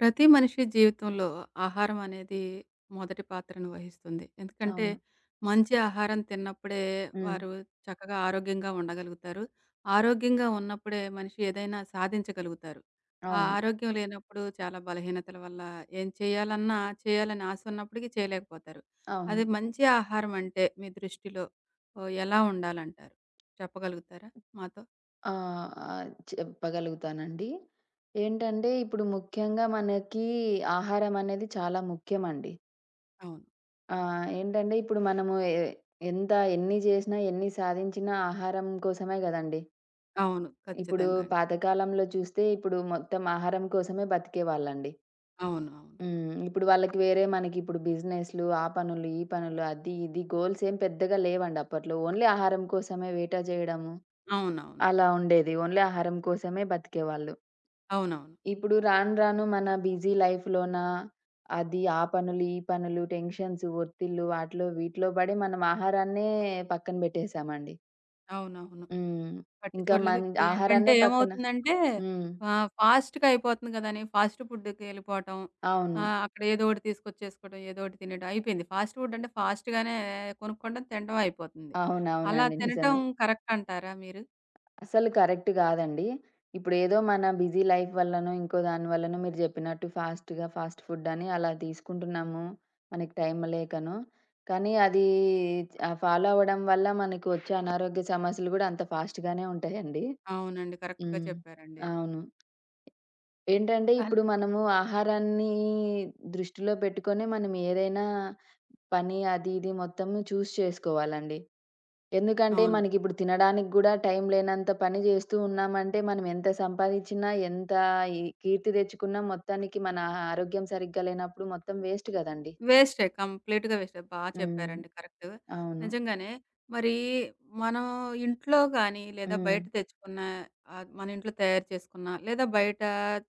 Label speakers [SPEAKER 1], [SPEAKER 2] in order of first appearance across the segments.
[SPEAKER 1] ప్రతి మనిషి జీవితంలో ఆహారం అనేది మొదటి పాత్రను వహిస్తుంది. ఎందుకంటే,
[SPEAKER 2] అవును.
[SPEAKER 1] మంచి ఆహారం తిన్నప్పుడే
[SPEAKER 2] హ్మ్.
[SPEAKER 1] వారు చక్కగా ఆరోగ్యంగా ఉండగలుగుతారు. ఆరోగ్యంగా ఉన్నప్పుడే మనిషి ఏదైనా సాధించగలుగుతారు. ఆ
[SPEAKER 2] అవును.
[SPEAKER 1] ఆరోగ్యం లేనప్పుడు చాలా బలహీనతల వల్ల ఏం చేయాలన్నా చేయాలని ఆశ ఉన్నప్పటికీ చేయలేకపోతారు. అదే
[SPEAKER 2] అవును.
[SPEAKER 1] మంచి ఆహారం అంటే మీ దృష్టిలో ఓహ్! ఎలా ఉండాలంటారు? చెప్పగలుగుతారా మాతో?
[SPEAKER 2] ఆహ్, ఆహ్, చెప్పగలుగుతానండి. ఏంటంటే ఇప్పుడు ముఖ్యంగా మనకి ఆహారం అనేది చాలా ముఖ్యమండి.
[SPEAKER 1] అవును.
[SPEAKER 2] ఏంటంటే ఇప్పుడు మనము ఎంత ఎన్ని చేసినా, ఎన్ని సాధించినా ఆహారం కోసమే గదండీ.
[SPEAKER 1] అవును.
[SPEAKER 2] ఇప్పుడు
[SPEAKER 1] ఖచ్చితంగా అండి.
[SPEAKER 2] పాతకాలంలో చూస్తే ఇప్పుడు మొత్తం ఆహారం కోసమే బతికేవాళ్ళండి.
[SPEAKER 1] అవును. అవును.
[SPEAKER 2] హ్మ్. ఇప్పుడు వాళ్ళకి వేరే మనకిప్పుడు బిజినెస్‌లు, ఆ పనులు, ఈ పనులు, అది ఇది గోల్స్ ఏం పెద్దగా లేవండి అప్పట్లో. ఓన్లీ ఆహారం కోసమే వేట జేయడము
[SPEAKER 1] అవునవును.
[SPEAKER 2] అలా ఉండేది. ఓన్లీ ఆహారం కోసమే బతికేవాళ్ళు.
[SPEAKER 1] అవునవును.
[SPEAKER 2] ఇప్పుడు రాను రాను మన బిజీ లైఫ్‌లోన అది ఆ పనులు, ఈ పనులు, టెన్షన్స్, ఒత్తిళ్ళు వాటిలో వీటిలో పడి మనం ఆహారాన్నే పక్కన పెట్టేసామండి.
[SPEAKER 1] అవునవును.
[SPEAKER 2] హ్మ్. ఇంకా
[SPEAKER 1] పట్టించుకోవట్లేదు.
[SPEAKER 2] మన్
[SPEAKER 1] ఇప్పుడేంటంటే
[SPEAKER 2] ఆహారాన్నే పక్కన
[SPEAKER 1] ఏమవుతుందంటే
[SPEAKER 2] హ్మ్.
[SPEAKER 1] ఫాస్ట్‌గా అయిపోతుంది గదని ఫాస్ట్ ఫుడ్‌కెళ్ళిపోవటం.
[SPEAKER 2] అవును.
[SPEAKER 1] అక్కడ ఏదో ఒకటి తీసుకొచ్చేసుకోవడం, ఏదో ఒకటి తినడం అయిపోయింది. ఫాస్ట్ ఫుడ్ అంటే ఫాస్ట్‌గానే కొనుక్కోవడం, తినడం అయిపోతుంది. అలా
[SPEAKER 2] అవునవునండి.
[SPEAKER 1] తినటం
[SPEAKER 2] నిజమే.
[SPEAKER 1] కరెక్ట్ అంటారా మీరు?
[SPEAKER 2] అసలు కరెక్ట్ గాదండి. ఇప్పుడేదో మన బిజీ లైఫ్ వల్లనో, ఇంకో దాని వల్లనో మీరు జెప్పినట్టు ఫాస్ట్‌గా ఫాస్ట్ ఫుడ్ అని అలా తీసుకుంటున్నాము. మనకి టైం లేకనో. కానీ అది ఫాలో అవ్వడం వల్ల మనకు వచ్చే అనారోగ్య సమస్యలు గూడా అంత ఫాస్ట్‌గానే ఉంటాయండి.
[SPEAKER 1] అవునండి. కరెక్ట్‌గా
[SPEAKER 2] హ్మ్.
[SPEAKER 1] చెప్పారండి.
[SPEAKER 2] అవును. ఏంటంటే
[SPEAKER 1] కానీ
[SPEAKER 2] ఇప్పుడు మనము ఆహారాన్ని దృష్టిలో పెట్టుకొనే మనం ఏదైనా పని అది ఇది మొత్తం చేసుకోవాలండి. ఎందుకంటే,
[SPEAKER 1] అవును.
[SPEAKER 2] మనకిప్పుడు తినడానికి గూడా టైం లేనంత పని జేస్తూ ఉన్నామంటే, మనం ఎంత సంపాదిచ్చినా, ఎంత ఈ కీర్తి తెచ్చుకున్నా, మొత్తానికి మన ఆరోగ్యం సరిగ్గా లేనప్పుడు మొత్తం వేస్ట్ గదండీ.
[SPEAKER 1] వేస్టే. కంప్లీట్‌గా వేస్టే. బా
[SPEAKER 2] హ్మ్.
[SPEAKER 1] చెప్పారండి. కరెక్ట్.
[SPEAKER 2] అవును.
[SPEAKER 1] నిజంగానే. మరి మనం ఇంట్లో గాని, లేదా
[SPEAKER 2] హ్మ్.
[SPEAKER 1] బయట తెచ్చుకున్న మన ఇంట్లో తయారు చేసుకున్న, లేదా బయట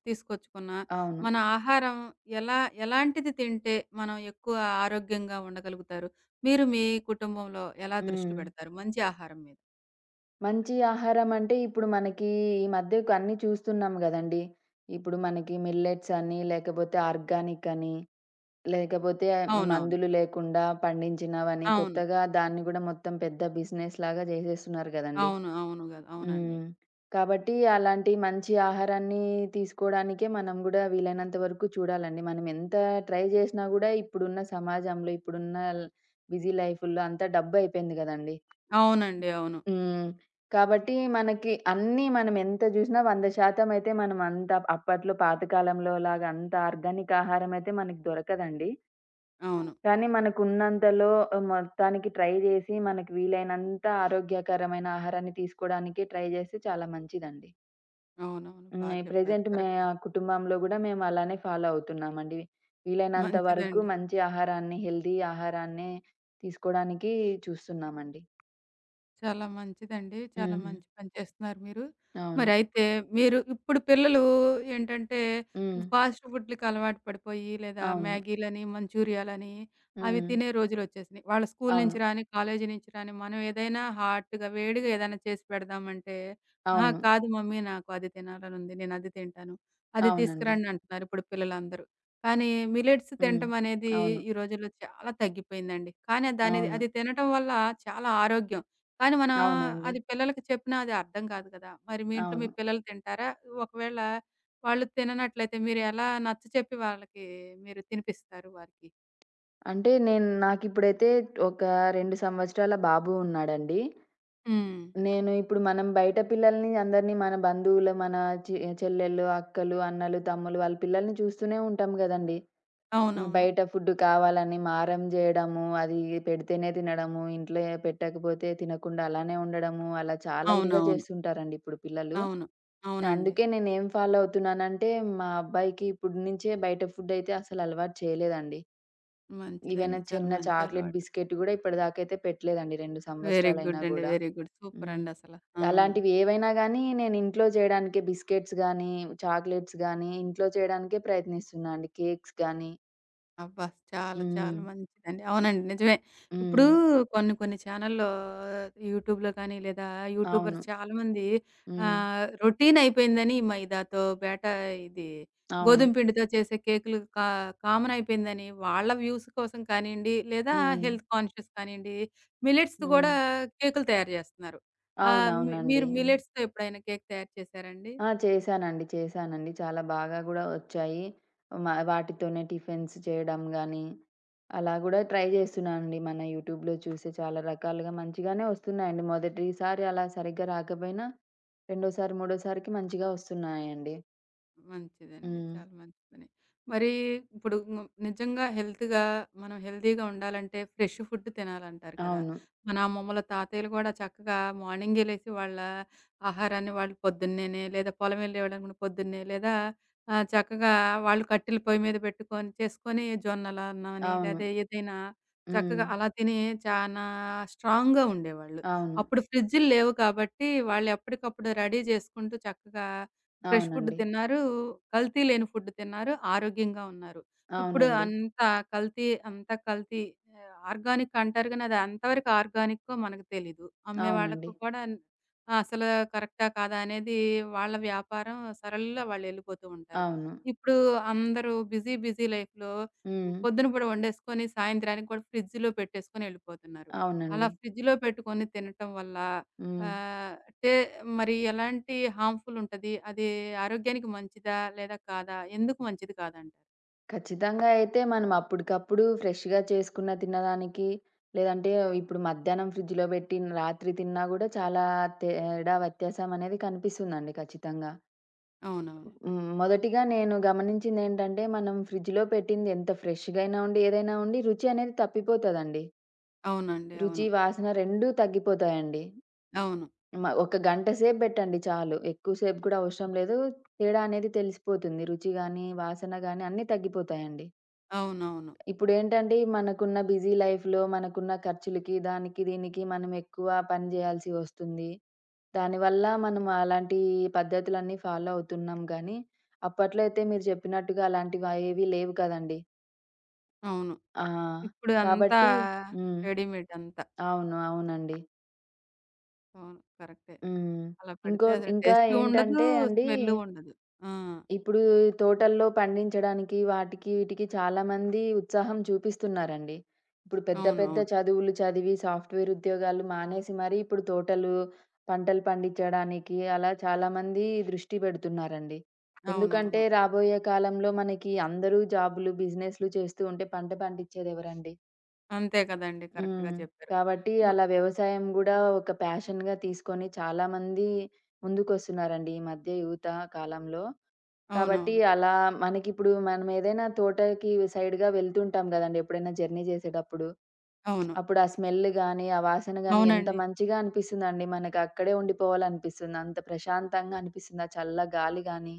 [SPEAKER 1] తీసుకొచ్చుకున్న,
[SPEAKER 2] అవును.
[SPEAKER 1] మన ఆహారం ఎలా ఎలాంటిది తింటే మనం ఎక్కువ ఆరోగ్యంగా ఉండగలుగుతారు? మీరు మీ కుటుంబంలో ఎలా దృష్టి
[SPEAKER 2] హ్మ్.
[SPEAKER 1] పెడతారు మంచి ఆహారం మీద?
[SPEAKER 2] మంచి ఆహారం అంటే, ఇప్పుడు మనకి ఈ మధ్య అన్నీ చూస్తున్నాం గదండీ. ఇప్పుడు మనకి మిల్లెట్స్ అని, లేకపోతే ఆర్గానిక్ అని, లేకపోతే
[SPEAKER 1] అవునవును.
[SPEAKER 2] మందులు లేకుండా పండించినవని,
[SPEAKER 1] అవును.
[SPEAKER 2] కొత్తగా దాన్ని గూడా మొత్తం పెద్ద బిజినెస్‌లాగా జేసేస్తున్నారు గదండీ.
[SPEAKER 1] అవును. అవును గదా! అవునండి.
[SPEAKER 2] హ్మ్. కాబట్టి అలాంటి మంచి ఆహారాన్ని తీసుకోవడానికే మనం గూడా వీలైనంత వరకు చూడాలండి. మనం ఎంత ట్రై జేసినా గూడా ఇప్పుడున్న సమాజంలో, ఇప్పుడున్న బిజీ లైఫ్‌ల్లో అంతా డబ్బయిపోయింది గదండీ!
[SPEAKER 1] అవునండి. అవును.
[SPEAKER 2] హ్మ్. కాబట్టి మనకి అన్నీ మనం ఎంత జూసినా 100% అయితే మనం అంత అప్పట్లో పాతకాలంలో లాగా అంత ఆర్గానిక్ ఆహారం అయితే మనకు దొరకదండి. అవును.
[SPEAKER 1] అవును.
[SPEAKER 2] కానీ మనకున్నంతలో మొత్తానికి ట్రై జేసి మనకు వీలైనంత ఆరోగ్యకరమైన ఆహారాన్ని తీసుకోవడానికే ట్రై జేస్తే చాలా మంచిదండి.
[SPEAKER 1] అవునవును.
[SPEAKER 2] హ్మ్.
[SPEAKER 1] బా చెప్పారు.
[SPEAKER 2] ప్రెజెంట్ మే
[SPEAKER 1] కరెక్టే.
[SPEAKER 2] కుటుంబంలో గూడా మేము అలానే ఫాలో అవుతున్నామండి. వీలైనంత వరకు
[SPEAKER 1] మంచిదండి.
[SPEAKER 2] మంచి ఆహారాన్ని, హెల్తీ ఆహారాన్నే తీసుకోడానికి చూస్తున్నామండి.
[SPEAKER 1] చాలా మంచిదండి. చాలా
[SPEAKER 2] హ్మ్.
[SPEAKER 1] మంచి పని చేస్తున్నారు మీరు.
[SPEAKER 2] అవును.
[SPEAKER 1] మరయితే మీరు ఇప్పుడు పిల్లలు ఏంటంటే
[SPEAKER 2] హ్మ్.
[SPEAKER 1] ఫాస్ట్ ఫుడ్‌లకి అలవాటు పడిపోయి లేదా
[SPEAKER 2] అవును.
[SPEAKER 1] మ్యాగీలని, మంచూరియాలని అవి
[SPEAKER 2] హ్మ్.
[SPEAKER 1] తినే రోజులొచ్చేసినాయి. వాళ్ళ స్కూలు నుంచి
[SPEAKER 2] అవును.
[SPEAKER 1] రాని, కాలేజీ నుంచి రాని మనం ఏదైనా హాట్‌గా వేడిగా ఏదైనా చేసి పెడదామంటే, "అహా!
[SPEAKER 2] అవును.
[SPEAKER 1] కాదు మమ్మీ నాకు అది తినాలనుంది. నేనది తింటాను. అది
[SPEAKER 2] అవునండి.
[SPEAKER 1] తీసుకురండి" అంటున్నారు ఇప్పుడు పిల్లలందరూ. కానీ మిల్లెట్స్
[SPEAKER 2] హ్మ్.
[SPEAKER 1] తినటం అనేది
[SPEAKER 2] అవును.
[SPEAKER 1] ఈ రోజుల్లో చాలా తగ్గిపోయిందండి. కానీ దానిది
[SPEAKER 2] అవును.
[SPEAKER 1] అది తినటం వల్ల చాలా ఆరోగ్యం. కానీ మన
[SPEAKER 2] అవునండి.
[SPEAKER 1] అది పిల్లలకి చెప్పినా అది అర్థం కాదు కదా! మరి మీ ఇంట్లో మీ
[SPEAKER 2] అవును.
[SPEAKER 1] పిల్లలు తింటారా? ఒకవేళ వాళ్ళు తిననట్లయితే మీరు ఎలా నచ్చచెప్పి వాళ్ళకి మీరు తినిపిస్తారు వారికి?
[SPEAKER 2] అంటే నేను నాకిప్పుడైతే ఒక 2 సంవత్సరాల బాబు ఉన్నాడండి.
[SPEAKER 1] హ్మ్.
[SPEAKER 2] నేను ఇప్పుడు మనం బయట పిల్లల్ని అందరిని మన బంధువులు, మన చె చెల్లెళ్ళు, అక్కలు, అన్నలు, తమ్ములు వాళ్ళ పిల్లల్ని చూస్తూనే ఉంటాం గదండీ! హ్మ్.
[SPEAKER 1] అవునవును.
[SPEAKER 2] బయట ఫుడ్ కావాలని మారం జేయడము, అది పెడితేనే తినడము, ఇంట్లో పెట్టకపోతే తినకుండా అలానే ఉండడము, అలా చాలా ఇదిగా
[SPEAKER 1] అవునవును.
[SPEAKER 2] చేస్తుంటారండి ఇప్పుడు పిల్లలు.
[SPEAKER 1] అవును. అవునండి.
[SPEAKER 2] అందుకే నేనేం ఫాలో అవుతున్నానంటే, మా అబ్బాయికి ఇప్పడు నుంచే బయట ఫుడ్ అయితే అసలు అలవాటు చేయలేదండి. ఈవెన్
[SPEAKER 1] మంచిదండి. చాలా
[SPEAKER 2] చిన్న
[SPEAKER 1] మంచి
[SPEAKER 2] చాక్లేట్
[SPEAKER 1] అలవాటు.
[SPEAKER 2] బిస్కెట్ గూడా ఇప్పటిదాకైతే పెట్టలేదండి 2
[SPEAKER 1] వెరీ
[SPEAKER 2] సంవత్సరాలైనా
[SPEAKER 1] గుడ్ అండి.
[SPEAKER 2] గూడా.
[SPEAKER 1] Very good. సూపర్
[SPEAKER 2] హ్మ్.
[SPEAKER 1] అండి అసల. హ్మ్.
[SPEAKER 2] అలాంటివి ఏవైనా గానీ, నేను ఇంట్లో చేయడానికే బిస్కెట్స్ గానీ, చాక్లెట్స్ గానీ, ఇంట్లో చేయడానికే ప్రయత్నిస్తున్నా అండి. కేక్స్ గానీ.
[SPEAKER 1] అబ్బా! చాలా చాలా
[SPEAKER 2] హ్మ్.
[SPEAKER 1] మంచిదండి. అవునండి. నిజమే. ఇప్పుడు
[SPEAKER 2] హ్మ్.
[SPEAKER 1] కొన్ని కొన్ని ఛానెల్‌లో యూట్యూబ్‌లో కానీ లేదా యూట్యూబర్స్
[SPEAKER 2] అవును.
[SPEAKER 1] చాలామంది
[SPEAKER 2] హ్మ్.
[SPEAKER 1] రొటీన్ అయిపోయిందని మైదాతో బేట ఇది
[SPEAKER 2] అవును.
[SPEAKER 1] గోధుమ పిండితో చేసే కేకులు కామన్ అయిపోయిందని వాళ్ళ వ్యూస్ కోసం కానియండి, లేదా
[SPEAKER 2] హ్మ్.
[SPEAKER 1] హెల్త్ కాన్షియస్ కానియండి, మిల్లెట్స్‌తో కూడా
[SPEAKER 2] హ్మ్.
[SPEAKER 1] కేకులు తయారు చేస్తున్నారు. ఆహ్, మీ
[SPEAKER 2] అవునవునండి.
[SPEAKER 1] మీరు
[SPEAKER 2] హ్మ్.
[SPEAKER 1] మిల్లెట్స్‌తో ఎప్పుడైనా కేక్ తయారు చేశారండి?
[SPEAKER 2] ఆ! చేశానండి. చేశానండి. చాలా బాగా గూడా ఒచ్చాయి. వాటితోనే టిఫిన్స్ చేయడం గానీ, అలా గూడా ట్రై జేస్తున్నా అండి. మన యూట్యూబ్‌లో చూసి చాలా రకాలుగా మంచిగానే ఒస్తున్నాయండి. మొదటిసారి అలా సరిగ్గా రాకపోయినా, రెండోసారి, మూడోసారికి మంచిగా ఒస్తున్నాయండి.
[SPEAKER 1] మంచిదండి.
[SPEAKER 2] హ్మ్.
[SPEAKER 1] చాలా మంచి పని. మరి ఇప్పుడు నిజంగా హెల్త్‌గా మనం హెల్తీగా ఉండాలంటే ఫ్రెష్ ఫుడ్ తినాలంటారు కదా!
[SPEAKER 2] అవును.
[SPEAKER 1] మన అమ్మమ్మల, తాతయ్యలు కూడా చక్కగా మార్నింగే లేసి వాళ్ళ ఆహారాన్ని వాళ్ళు పొద్దున్నేనే లేదా పొలం వెళ్ళేవాళ్ళని కూడా పొద్దున్నే లేదా చక్కగా వాళ్ళు కట్టెల పొయ్యి మీద పెట్టుకొని చేసుకొని జొన్నల అన్నమని
[SPEAKER 2] అవును.
[SPEAKER 1] లేదా ఏదైనా చక్కగా
[SPEAKER 2] హ్మ్.
[SPEAKER 1] అలా తిని చానా స్ట్రాంగ్‌గా ఉండేవాళ్ళు.
[SPEAKER 2] అవును.
[SPEAKER 1] అప్పుడు ఫ్రిడ్జులు లేవు కాబట్టి వాళ్ళు ఎప్పటికప్పుడు రెడీ చేసుకుంటూ చక్కగా ఫ్రెష్ ఫుడ్
[SPEAKER 2] అవునండి.
[SPEAKER 1] తిన్నారు. కల్తీ లేని ఫుడ్ తిన్నారు. ఆరోగ్యంగా ఉన్నారు. ఇప్పుడు
[SPEAKER 2] అవునండి.
[SPEAKER 1] అంతా కల్తీ అంతా కల్తీ ఆర్గానిక్ అంటారు గానీ, అది ఎంతవరకు ఆర్గానిక్కో మనకు తెలీదు. అమ్మే వాళ్ళకు
[SPEAKER 2] అవునండి.
[SPEAKER 1] కూడా అసలు కరెక్టా? కాదా? అనేది వాళ్ళ వ్యాపారం సరళిలో వాళ్ళెళ్ళిపోతూ ఉంటారు.
[SPEAKER 2] అవును.
[SPEAKER 1] ఇప్పుడు అందరూ బిజీ, బిజీ లైఫ్‌లో
[SPEAKER 2] హ్మ్.
[SPEAKER 1] పొద్దున పూట వండేసుకొని సాయంత్రానికి కూడా ఫ్రిడ్జ్‌లో పెట్టేసుకొని ఎళ్ళిపోతున్నారు. అలా
[SPEAKER 2] అవునండి.
[SPEAKER 1] ఫ్రిడ్జ్‌లో పెట్టుకొని తినటం వల్ల
[SPEAKER 2] హ్మ్.
[SPEAKER 1] అంటే మరి ఎలాంటి హార్మ్‌ఫుల్ ఉంటది? అది ఆరోగ్యానికి మంచిదా? లేదా కాదా? ఎందుకు మంచిది కాదంటారు?
[SPEAKER 2] ఖచ్చితంగా అయితే మనం అప్పటికప్పుడు ఫ్రెష్‌గా చేసుకున్న తినడానికి లేదంటే ఇప్పుడు మధ్యాహ్నం ఫ్రిడ్జ్‌లో పెట్టి రాత్రి తిన్నా గూడా చాలా తేడా వ్యత్యాసం అనేది కనిపిస్తుందండి ఖచ్చితంగా.
[SPEAKER 1] అవునవును.
[SPEAKER 2] హ్మ్. మొదటిగా నేను గమనించిందేంటంటే మనం ఫ్రిడ్జ్‌లో పెట్టింది ఎంత ఫ్రెష్‌గా అయినా ఉండి, ఏదైనా ఉండి రుచి అనేది తప్పిపోతదండి.
[SPEAKER 1] అవునండి. అవును.
[SPEAKER 2] రుచి, వాసన 2 తగ్గిపోతాయండి.
[SPEAKER 1] అవును.
[SPEAKER 2] ఒక గంట సేపు పెట్టండి చాలు. ఎక్కువ సేపు కూడా అవసరం లేదు. తేడా అనేది తెలిసిపోతుంది. రుచి గాని, వాసన గాని అన్నీ తగ్గిపోతాయండి.
[SPEAKER 1] అవునవును.
[SPEAKER 2] ఇప్పుడేంటంటే మనకున్న బిజీ లైఫ్‌లో మనకున్న ఖర్చులకి, దానికి, దీనికి మనం ఎక్కువ పని జేయాల్సి వస్తుంది. దానివల్ల మనం అలాంటి పద్ధతులన్నీ ఫాలో అవుతున్నాం గానీ, అప్పట్లో అయితే మీరు చెప్పినట్టుగా అలాంటివేవి లేవు కదండీ!
[SPEAKER 1] అవును.
[SPEAKER 2] ఆ!
[SPEAKER 1] ఇప్పుడు అంతా
[SPEAKER 2] కాబట్టి హ్మ్.
[SPEAKER 1] రెడీమేడ్ అంతా.
[SPEAKER 2] అవును. అవునండి.
[SPEAKER 1] అవును. కరెక్టే.
[SPEAKER 2] హ్మ్.
[SPEAKER 1] అలా పెడితే అసలు
[SPEAKER 2] ఇంకా
[SPEAKER 1] టేస్టు ఉండదు.
[SPEAKER 2] ఏంటంటే అండి
[SPEAKER 1] స్మెల్లు ఉండదు. ఆ!
[SPEAKER 2] ఇప్పుడు తోటల్లో పండించడానికి వాటికి, వీటికి చాలామంది ఉత్సాహం చూపిస్తున్నారండి. ఇప్పుడు పెద్ద,
[SPEAKER 1] అవును.
[SPEAKER 2] పెద్ద
[SPEAKER 1] అవును.
[SPEAKER 2] చదువులు చదివి సాఫ్ట్‌వేర్ ఉద్యోగాలు మానేసి మరీ ఇప్పుడు తోటలు, పంటలు పండించడానికి అలా చాలామంది దృష్టి పెడుతున్నారండి. ఎందుకంటే
[SPEAKER 1] అవునవును.
[SPEAKER 2] రాబోయే కాలంలో మనకి అందరూ జాబులు, బిజినెస్‌లు చేస్తూ ఉంటే పంట పండించేదెవరండి?
[SPEAKER 1] అంతే కదండీ! కరెక్ట్‌గా
[SPEAKER 2] హ్మ్.
[SPEAKER 1] చెప్పారు.
[SPEAKER 2] కాబట్టి
[SPEAKER 1] మ
[SPEAKER 2] అలా వ్యవసాయం గూడా ఒక ప్యాషన్‌గా తీసుకొని చాలామంది ముందుకొస్తున్నారండి ఈ మధ్య యువత కాలంలో. కాబట్టి
[SPEAKER 1] అవునవును.
[SPEAKER 2] అలా మనకిప్పుడు మనం ఏదైనా తోటకి సైడ్‌గా వెళ్తుంటాం గదండీ! ఎప్పుడైనా జర్నీ జేసేటప్పుడు.
[SPEAKER 1] అవును.
[SPEAKER 2] అప్పుడు ఆ స్మెల్ గాని, ఆ వాసన గాని ఎంత
[SPEAKER 1] అవునండి.
[SPEAKER 2] మంచిగా అనిపిస్తుందండి. మనకు అక్కడే ఉండిపోవాలనిపిస్తుంది. అంత ప్రశాంతంగా అనిపిస్తుంది. ఆ చల్ల గాలి గాని.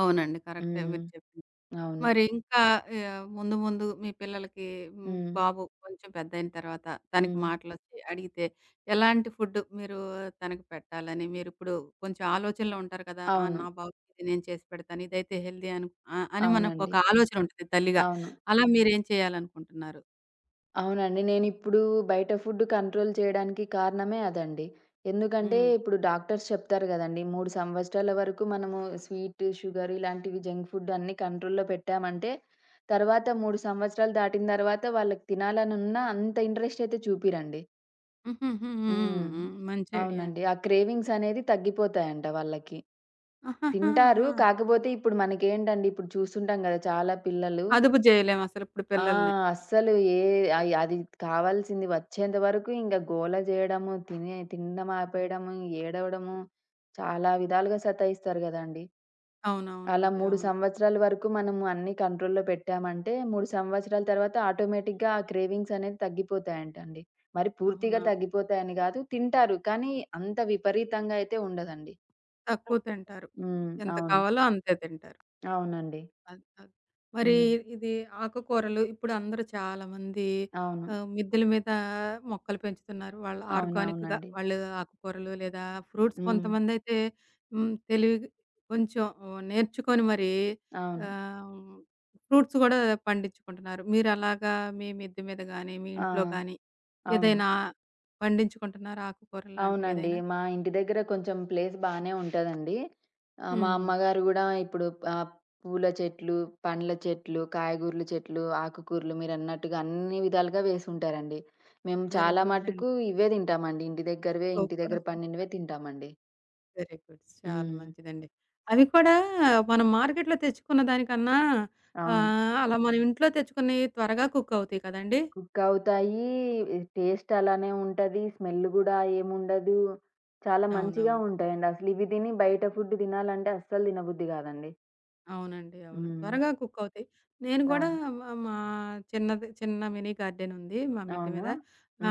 [SPEAKER 1] అవునండి. కరెక్టే
[SPEAKER 2] హ్మ్.
[SPEAKER 1] మీరు చెప్పింది.
[SPEAKER 2] అవును.
[SPEAKER 1] మరి ఇంకా ముందు ముందు మీ పిల్లలకి
[SPEAKER 2] హ్మ్.
[SPEAKER 1] బాబు కొంచెం పెద్దయిన తర్వాత తనకి
[SPEAKER 2] హ్మ్.
[SPEAKER 1] మాటలొచ్చి అడిగితే, ఎలాంటి ఫుడ్ మీరు తనకు పెట్టాలని మీరిప్పుడు కొంచెం ఆలోచనలో ఉంటారు కదా! ఆ!
[SPEAKER 2] అవును.
[SPEAKER 1] నా బాబుకి ఇది నేను చేసి పెడతాను. ఇదైతే హెల్తీ అను అని మనకొక
[SPEAKER 2] అవునండి.
[SPEAKER 1] ఆలోచన ఉంటది తల్లిగా.
[SPEAKER 2] అవును.
[SPEAKER 1] అలా మీరేం చేయాలనుకుంటున్నారు?
[SPEAKER 2] అవునండి. నేనిప్పుడు బయట ఫుడ్ కంట్రోల్ చేయడానికి కారణమే అదండి. ఎందుకంటే
[SPEAKER 1] హ్మ్.
[SPEAKER 2] ఇప్పుడు డాక్టర్స్ చెప్తారు గదండీ! 3 సంవత్సరాల వరకు మనము స్వీట్, షుగర్ ఇలాంటివి జంక్ ఫుడ్ అన్నీ కంట్రోల్‌లో పెట్టామంటే, తర్వాత 3 సంవత్సరాలు దాటిన తర్వాత వాళ్ళకి తినాలనున్న అంత ఇంట్రెస్ట్ అయితే చూపిరండి.
[SPEAKER 1] హ్మ్. హ్మ్.
[SPEAKER 2] హ్మ్.
[SPEAKER 1] హ్మ్. మంచి ఐడియా
[SPEAKER 2] అవునండి.
[SPEAKER 1] అండి.
[SPEAKER 2] ఆ క్రేవింగ్స్ అనేది తగ్గిపోతాయంట వాళ్ళకి.
[SPEAKER 1] ఆహాహా!
[SPEAKER 2] తింటారు.
[SPEAKER 1] ఆ!
[SPEAKER 2] కాకపోతే ఇప్పుడు మనకేంటండి ఇప్పుడు చూస్తుంటాం గదా! చాలా పిల్లలు
[SPEAKER 1] అదుపు జేయలేం అసలిప్పుడు
[SPEAKER 2] ఆ!
[SPEAKER 1] పిల్లల్ని.
[SPEAKER 2] అస్సలు ఏ అయి అది కావాల్సింది వచ్చేంత వరకు ఇంక గోల జేయడము, తినడం ఆపేయడము, ఏడవడము, చాలా విధాలుగా సతాయిస్తారు గదండీ! అలా
[SPEAKER 1] అవునవునండి.
[SPEAKER 2] 3
[SPEAKER 1] అవును.
[SPEAKER 2] సంవత్సరాల వరకు మనము అన్నీ కంట్రోల్‌లో పెట్టామంటే, 3 సంవత్సరాల తర్వాత ఆటోమేటిక్‌గా ఆ క్రేవింగ్స్ అనేది తగ్గిపోతాయంటండి. మరి పూర్తిగా
[SPEAKER 1] అవునా!
[SPEAKER 2] తగ్గిపోతాయని గాదు. తింటారు. కానీ అంత విపరీతంగా అయితే ఉండదండి.
[SPEAKER 1] తక్కువ
[SPEAKER 2] తక్కువ.
[SPEAKER 1] తింటారు.
[SPEAKER 2] హ్మ్.
[SPEAKER 1] ఎంత
[SPEAKER 2] అవును.
[SPEAKER 1] కావాలో అంతే తింటారు.
[SPEAKER 2] అవునండి.
[SPEAKER 1] అది కాదు. మరి
[SPEAKER 2] హ్మ్.
[SPEAKER 1] ఇది ఆకుకూరలు ఇప్పుడు అందరూ చాలామంది
[SPEAKER 2] అవును.
[SPEAKER 1] మిద్దెల మీద మొక్కలు పెంచుతున్నారు. వాళ్ళు ఆర్గానిక్‌గా
[SPEAKER 2] అవునవునండి.
[SPEAKER 1] వాళ్ళు ఆకుకూరలు లేదా ఫ్రూట్స్
[SPEAKER 2] హ్మ్.
[SPEAKER 1] కొంతమందైతే హ్మ్. తెలివి కొంచెం నేర్చుకొని మరి
[SPEAKER 2] అవును.
[SPEAKER 1] ఆహ్, ఫ్రూట్స్ గూడా పండించుకుంటున్నారు. మీరలాగా మీ మిద్దె మీద గాని, మీ
[SPEAKER 2] ఆ!
[SPEAKER 1] ఇంట్లో గాని
[SPEAKER 2] అవును.
[SPEAKER 1] ఏదైనా పండించుకుంటున్నారా ఆకుకూరలు లాంటివి
[SPEAKER 2] అవునండి.
[SPEAKER 1] ఏదైనా?
[SPEAKER 2] మా ఇంటి దగ్గర కొంచెం ప్లేస్ బానే ఉంటదండి. మా
[SPEAKER 1] హ్మ్.
[SPEAKER 2] అమ్మగారు గూడా ఇప్పుడు ఆహ్, పూల చెట్లు, పండ్ల చెట్లు, కాయగూరల చెట్లు, ఆకుకూరలు మీరన్నట్టుగా అన్ని విధాలుగా వేసుంటారండి. మేము
[SPEAKER 1] వెరీ
[SPEAKER 2] చాలా
[SPEAKER 1] గుడ్ అండి.
[SPEAKER 2] మటుకు ఇవే తింటామండి. ఇంటి దగ్గరవే, ఇంటి
[SPEAKER 1] సూపర్.
[SPEAKER 2] దగ్గర పండినవే తింటామండి.
[SPEAKER 1] Very good. చాలా
[SPEAKER 2] హ్మ్.
[SPEAKER 1] మంచిదండి. అవి కూడా మనం మార్కెట్‌లో తెచ్చుకున్న దానికన్నా
[SPEAKER 2] అవును.
[SPEAKER 1] అలా మనం ఇంట్లో తెచ్చుకున్నయి త్వరగా కుక్ అవుతాయి కదండీ!
[SPEAKER 2] కుక్ అవుతాయి. టేస్ట్ అలానే ఉంటది. స్మెల్ గూడా ఏముండదు. చాలా మంచిగా
[SPEAKER 1] అవునవును.
[SPEAKER 2] ఉంటాయండి. అసలు ఇవి తిని బయట ఫుడ్ తినాలంటే అస్సలు తినబుద్ధి గాదండి.
[SPEAKER 1] అవునండి. అవును.
[SPEAKER 2] హ్మ్.
[SPEAKER 1] త్వరగా కుక్ అవుతాయి. నేను గూడా
[SPEAKER 2] అవును.
[SPEAKER 1] మా మా చిన్న మినీ గార్డెన్ ఉంది మా మిద్దె
[SPEAKER 2] అవునా?
[SPEAKER 1] మీద.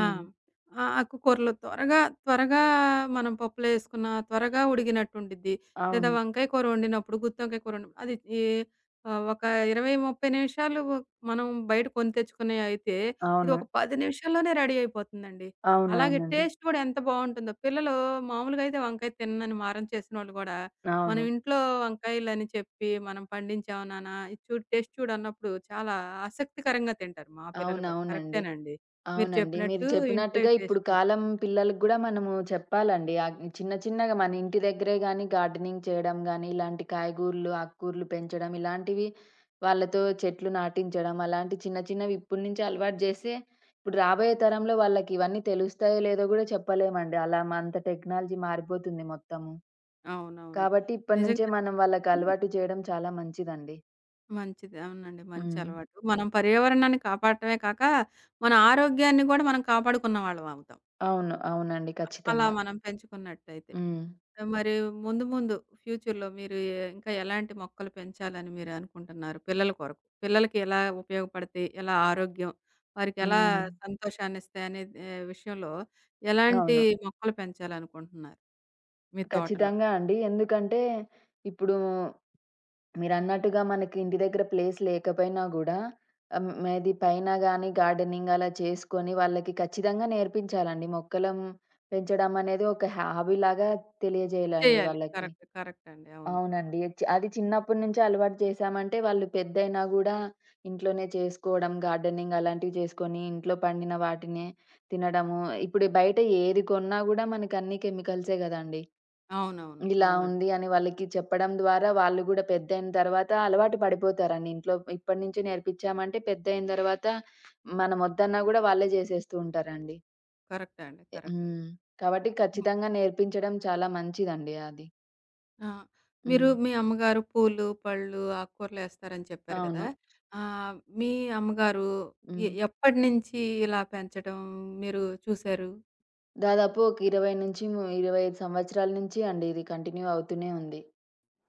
[SPEAKER 1] ఆ! ఆ ఆకుకూరలు త్వరగా త్వరగా మనం పప్పులో యేసుకున్న త్వరగా ఉడిగినట్టు ఉండిద్ది. లేదా
[SPEAKER 2] అవును.
[SPEAKER 1] వంకాయ కూర వండినప్పుడు, గుత్తి వంకాయ కూర వండినప్పుడు అది ఈ ఒక 20, 30 నిమిషాలు మనం బయట కొని తెచ్చుకునేయి అయితే, ఇది
[SPEAKER 2] అవును.
[SPEAKER 1] ఒక 10 నిమిషాల్లోనే రెడీ అయిపోతుందండి. అలాగే
[SPEAKER 2] అవునవునండి.
[SPEAKER 1] టేస్ట్ గూడా ఎంత బావుంటుందో. పిల్లలు మామూలుగా అయితే వంకాయ తిననని మారం చేసినోళ్ళు గూడా మనం
[SPEAKER 2] అవును.
[SPEAKER 1] ఇంట్లో వంకాయలని చెప్పి, మనం "పండించాము నాన్న, ఇది చూడు టేస్ట్ చూడు" అన్నప్పుడు చాలా ఆసక్తికరంగా తింటారు మా పిల్లలు కూడా.
[SPEAKER 2] అవునవునండి.
[SPEAKER 1] కరెక్టేనండి. మీరు
[SPEAKER 2] అవునండి. మీరు
[SPEAKER 1] చెప్పినట్టు ఇంట్లో ఈ
[SPEAKER 2] చెప్పినట్టుగా ఇప్పుడు
[SPEAKER 1] టేస్ట్ ఉంటుంది.
[SPEAKER 2] కాలం పిల్లలకి గూడా మనము చెప్పాలండి. చిన్న చిన్నగా మన ఇంటి దగ్గరే గానీ గార్డెనింగ్ చేయడం గానీ, ఇలాంటి కాయగూరలు, ఆకుకూరలు పెంచడం ఇలాంటివి వాళ్ళతో చెట్లు నాటించడం, అలాంటి చిన్న చిన్నవి ఇప్పటి నుంచి అలవాటు జేస్తే, ఇప్పుడు రాబోయే తరంలో వాళ్ళకి ఇవన్నీ తెలుస్తాయో లేదో గూడా చెప్పలేమండి. అలా అంత టెక్నాలజీ మారిపోతుంది మొత్తము.
[SPEAKER 1] అవునవును.
[SPEAKER 2] కాబట్టి ఇప్పటినుంచే
[SPEAKER 1] నిజంగా
[SPEAKER 2] మనం వాళ్ళకలవాటు చేయడం చాలా మంచిదండి.
[SPEAKER 1] మంచిది. అవునండి. మంచి
[SPEAKER 2] హ్మ్.
[SPEAKER 1] అలవాటు. మనం పర్యావరణాన్ని కాపాడటమే కాక, మన ఆరోగ్యాన్ని గూడా మనం కాపాడుకున్న వాళ్ళమవుతాం.
[SPEAKER 2] అవును. అవునండి.
[SPEAKER 1] అలా
[SPEAKER 2] ఖచ్చితంగా.
[SPEAKER 1] మనం పెంచుకున్నట్టయితే.
[SPEAKER 2] హ్మ్.
[SPEAKER 1] మరి ముందు ముందు ఫ్యూచర్‌లో మీరు ఇంకా ఎలాంటి మొక్కలు పెంచాలని మీరు అనుకుంటున్నారు పిల్లల కొరకు? పిల్లలకి ఎలా ఉపయోగపడతాయి? ఎలా ఆరోగ్యం, వారికెలా
[SPEAKER 2] హ్మ్.
[SPEAKER 1] సంతోషాన్నిస్తాయనే విషయంలో ఎలాంటి
[SPEAKER 2] అవును.
[SPEAKER 1] మొక్కలు పెంచాలనుకుంటున్నారు మీ తోటలో?
[SPEAKER 2] ఖచ్చితంగా అండి. ఎందుకంటే ఇప్పుడు మీరన్నట్టుగా మనకి ఇంటి దగ్గర ప్లేస్ లేకపోయినా గూడా మేబీ పైన గాని గార్డెనింగ్ అలా చేసుకొని వాళ్ళకి ఖచ్చితంగా నేర్పించాలండి. పెంచడం అనేది ఒక హాబీలాగా తెలియజేయాలండి
[SPEAKER 1] చేయాలి.
[SPEAKER 2] వాళ్ళకి.
[SPEAKER 1] కరెక్ట్. కరెక్ట్ అండి. అవును.
[SPEAKER 2] అవునండి. అది చిన్నప్పటి నుంచే అలవాటు చేశామంటే వాళ్ళు పెద్దయినా గూడా ఇంట్లోనే చేసుకోవడం, గార్డెనింగ్ అలాంటివి చేసుకొని ఇంట్లో పండిన వాటినే తినడము. ఇప్పుడు బయట ఏది కొన్నా గూడా మనకన్నీ కెమికల్సే గదండీ!
[SPEAKER 1] అవునవును.
[SPEAKER 2] ఇలా
[SPEAKER 1] అవునండి.
[SPEAKER 2] ఉంది అని వాళ్ళకి చెప్పడం ద్వారా వాళ్ళు గూడా పెద్దయిన తర్వాత అలవాటు పడిపోతారండి. ఇంట్లో ఇప్పటి నుంచే నేర్పిచ్చామంటే పెద్దయిన తర్వాత మనం వద్దన్నా గూడా వాళ్ళే జేసేస్తూ ఉంటారండి.
[SPEAKER 1] కరెక్టే అండి. కరెక్ట్.
[SPEAKER 2] హ్మ్. కాబట్టి ఖచ్చితంగా నేర్పించడం చాలా మంచిదండి అది.
[SPEAKER 1] ఆ! మీరు
[SPEAKER 2] హ్మ్.
[SPEAKER 1] మీ అమ్మగారు పూలు, పళ్ళు, ఆకుకూరలేస్తారని చెప్పారు గదా!
[SPEAKER 2] అవును.
[SPEAKER 1] మీ అమ్మగారు
[SPEAKER 2] హ్మ్.
[SPEAKER 1] ఎప్పటినుంచి ఇలా పెంచడం మీరు చూసారు?
[SPEAKER 2] దాదాపు ఒక 20-25 సంవత్సరాల నుంచి అండి ఇది కంటిన్యూ అవుతూనే ఉంది.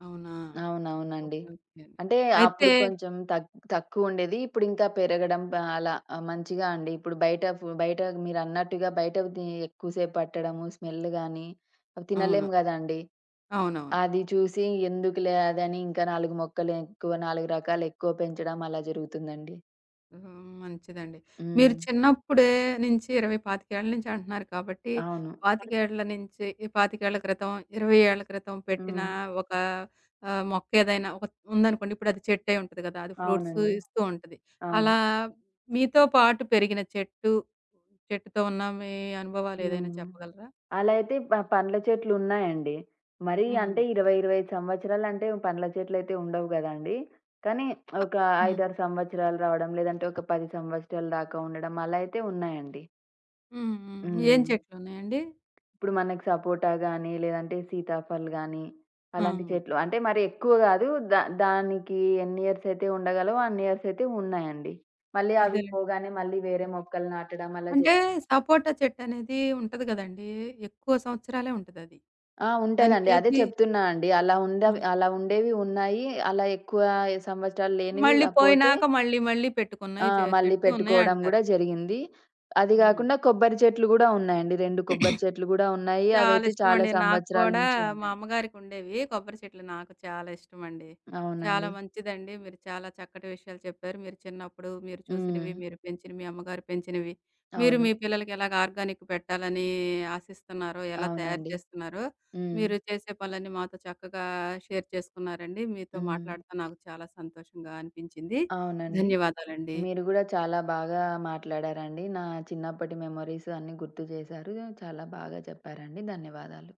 [SPEAKER 1] అవునా!
[SPEAKER 2] అవునవునండి.
[SPEAKER 1] ఓకే. ఓకే అండి.
[SPEAKER 2] అంటే
[SPEAKER 1] అయితే
[SPEAKER 2] అప్పుడు కొంచెం తక్కువుండేది. ఇప్పుడింకా పెరగడం అలా మంచిగా అండి. ఇప్పుడు బయట బయట మీరన్నట్టుగా బయటవి తి ఎక్కువసేపు పట్టడము, స్మెల్ గానీ అవి
[SPEAKER 1] అవును.
[SPEAKER 2] తినలేము గదండీ.
[SPEAKER 1] అవునవును.
[SPEAKER 2] అది చూసి ఎందుకులే అదని ఇంకా 4 మొక్కలెక్కువ 4 రకాలెక్కువ పెంచడం అలా జరుగుతుందండి.
[SPEAKER 1] ఆహా! మంచిదండి. మీరు
[SPEAKER 2] హ్మ్.
[SPEAKER 1] చిన్నప్పుడే నుంచి 20, 25 ఏళ్ల నుంచి అంటున్నారు కాబట్టి,
[SPEAKER 2] అవును.
[SPEAKER 1] 25 ఏళ్ల నుంచి ఈ 25 ఏళ్ల క్రితం, 20 ఏళ్ల క్రితం పెట్టిన
[SPEAKER 2] హ్మ్.
[SPEAKER 1] ఒక మొక్క ఏదైనా ఒక ఉందనుకోండి. ఇప్పుడు అది చెట్టై ఉంటది కదా! అది ఫ్రూట్స్
[SPEAKER 2] అవునండి.
[SPEAKER 1] ఇస్తూ ఉంటది.
[SPEAKER 2] అవును.
[SPEAKER 1] అలా మీతో పాటు పెరిగిన చెట్టు, చెట్టుతో ఉన్న మీ అనుభవాలు ఏదైనా
[SPEAKER 2] హ్మ్.
[SPEAKER 1] చెప్పగలరా?
[SPEAKER 2] అలా అయితే పండ్ల చెట్లున్నాయండి. మరీ
[SPEAKER 1] హ్మ్.
[SPEAKER 2] అంటే 20, 25 సంవత్సరాలంటే పండ్ల చెట్లయితే ఉండవు గదండీ! కానీ ఒక
[SPEAKER 1] హ్మ్.
[SPEAKER 2] 5, 6 సంవత్సరాలు రావడం, లేదంటే ఒక 10 సంవత్సరాల దాకా ఉండడం అలా అయితే ఉన్నాయండి.
[SPEAKER 1] హ్మ్. హ్మ్. ఏం
[SPEAKER 2] హ్మ్.
[SPEAKER 1] చెట్లున్నాయండి?
[SPEAKER 2] ఇప్పుడు మనకి సపోటా గానీ, లేదంటే సీతాఫల్ గానీ,
[SPEAKER 1] ఆ!
[SPEAKER 2] అలాంటి చెట్లు అంటే మరి ఎక్కువ గాదు. దానికి ఎన్ని ఇయర్స్ అయితే ఉండగలవో అన్ని ఇయర్స్ అయితే ఉన్నాయండి. మళ్ళీ అవి
[SPEAKER 1] అదేలే.
[SPEAKER 2] పోగానే మళ్ళీ వేరే మొక్కలు నాటడం అలా
[SPEAKER 1] అంటే
[SPEAKER 2] జరిగిందండి.
[SPEAKER 1] సపోటా చెట్టనేది ఉంటది గదండీ! ఎక్కువ సంవత్సరాలే ఉంటదది.
[SPEAKER 2] ఆ!
[SPEAKER 1] దాని
[SPEAKER 2] ఉంటదండి. అదే
[SPEAKER 1] కేజీ
[SPEAKER 2] చెప్తున్నా అండి.
[SPEAKER 1] ఆ!
[SPEAKER 2] అలా ఉండేవి ఉన్నాయి. అలా ఎక్కువ సంవత్సరాలు లేనివి
[SPEAKER 1] మళ్ళీ
[SPEAKER 2] పోతే
[SPEAKER 1] పోయినాక మళ్ళీ మళ్ళీ
[SPEAKER 2] ఆ!
[SPEAKER 1] పెట్టుకున్నయి
[SPEAKER 2] మళ్ళీ
[SPEAKER 1] చెట్లు
[SPEAKER 2] పెట్టుకోవడం
[SPEAKER 1] ఉన్నయంటారు.
[SPEAKER 2] గూడా జరిగింది. అది
[SPEAKER 1] హ్మ్.
[SPEAKER 2] గాకుండా కొబ్బరి చెట్లు గూడా ఉన్నాయండి. 2 కొబ్బరి చెట్లు గూడా ఉన్నాయి.
[SPEAKER 1] చాలా
[SPEAKER 2] అవైతే చాలా
[SPEAKER 1] ఇష్టమండి. నాకు
[SPEAKER 2] సంవత్సరాల
[SPEAKER 1] కూడా
[SPEAKER 2] నుంచి
[SPEAKER 1] మా
[SPEAKER 2] ఉన్నాయి.
[SPEAKER 1] అమ్మగారికుండేవి కొబ్బరి చెట్లు. నాకు చాలా ఇష్టమండి. చాలా
[SPEAKER 2] అవునండి.
[SPEAKER 1] మంచిదండి. మీరు చాలా చక్కటి విషయాలు చెప్పారు. మీరు చిన్నప్పుడు మీరు
[SPEAKER 2] హ్మ్.
[SPEAKER 1] చూసినవి, మీరు పెంచినవి, మీ అమ్మగారు పెంచినవి, మీరు
[SPEAKER 2] అవును.
[SPEAKER 1] మీ పిల్లలకి ఎలాగ ఆర్గానిక్ పెట్టాలని ఆశిస్తున్నారో, ఎలా తయారు
[SPEAKER 2] అవునండి.
[SPEAKER 1] చేస్తున్నారో,
[SPEAKER 2] హ్మ్.
[SPEAKER 1] మీరు చేసే పనులన్నీ మాతో చక్కగా షేర్ చేసుకున్నారండి. మీతో
[SPEAKER 2] హ్మ్.
[SPEAKER 1] మాట్లాడతా నాకు చాలా సంతోషంగా అనిపించింది.
[SPEAKER 2] అవునండి.
[SPEAKER 1] ధన్యవాదాలండి.
[SPEAKER 2] మీరు గూడా చాలా బాగా మాట్లాడారండి. నా చిన్నప్పటి మెమోరీస్ అన్నీ గుర్తు చేశారు. చాలా బాగా చెప్పారండి. ధన్యవాదాలు.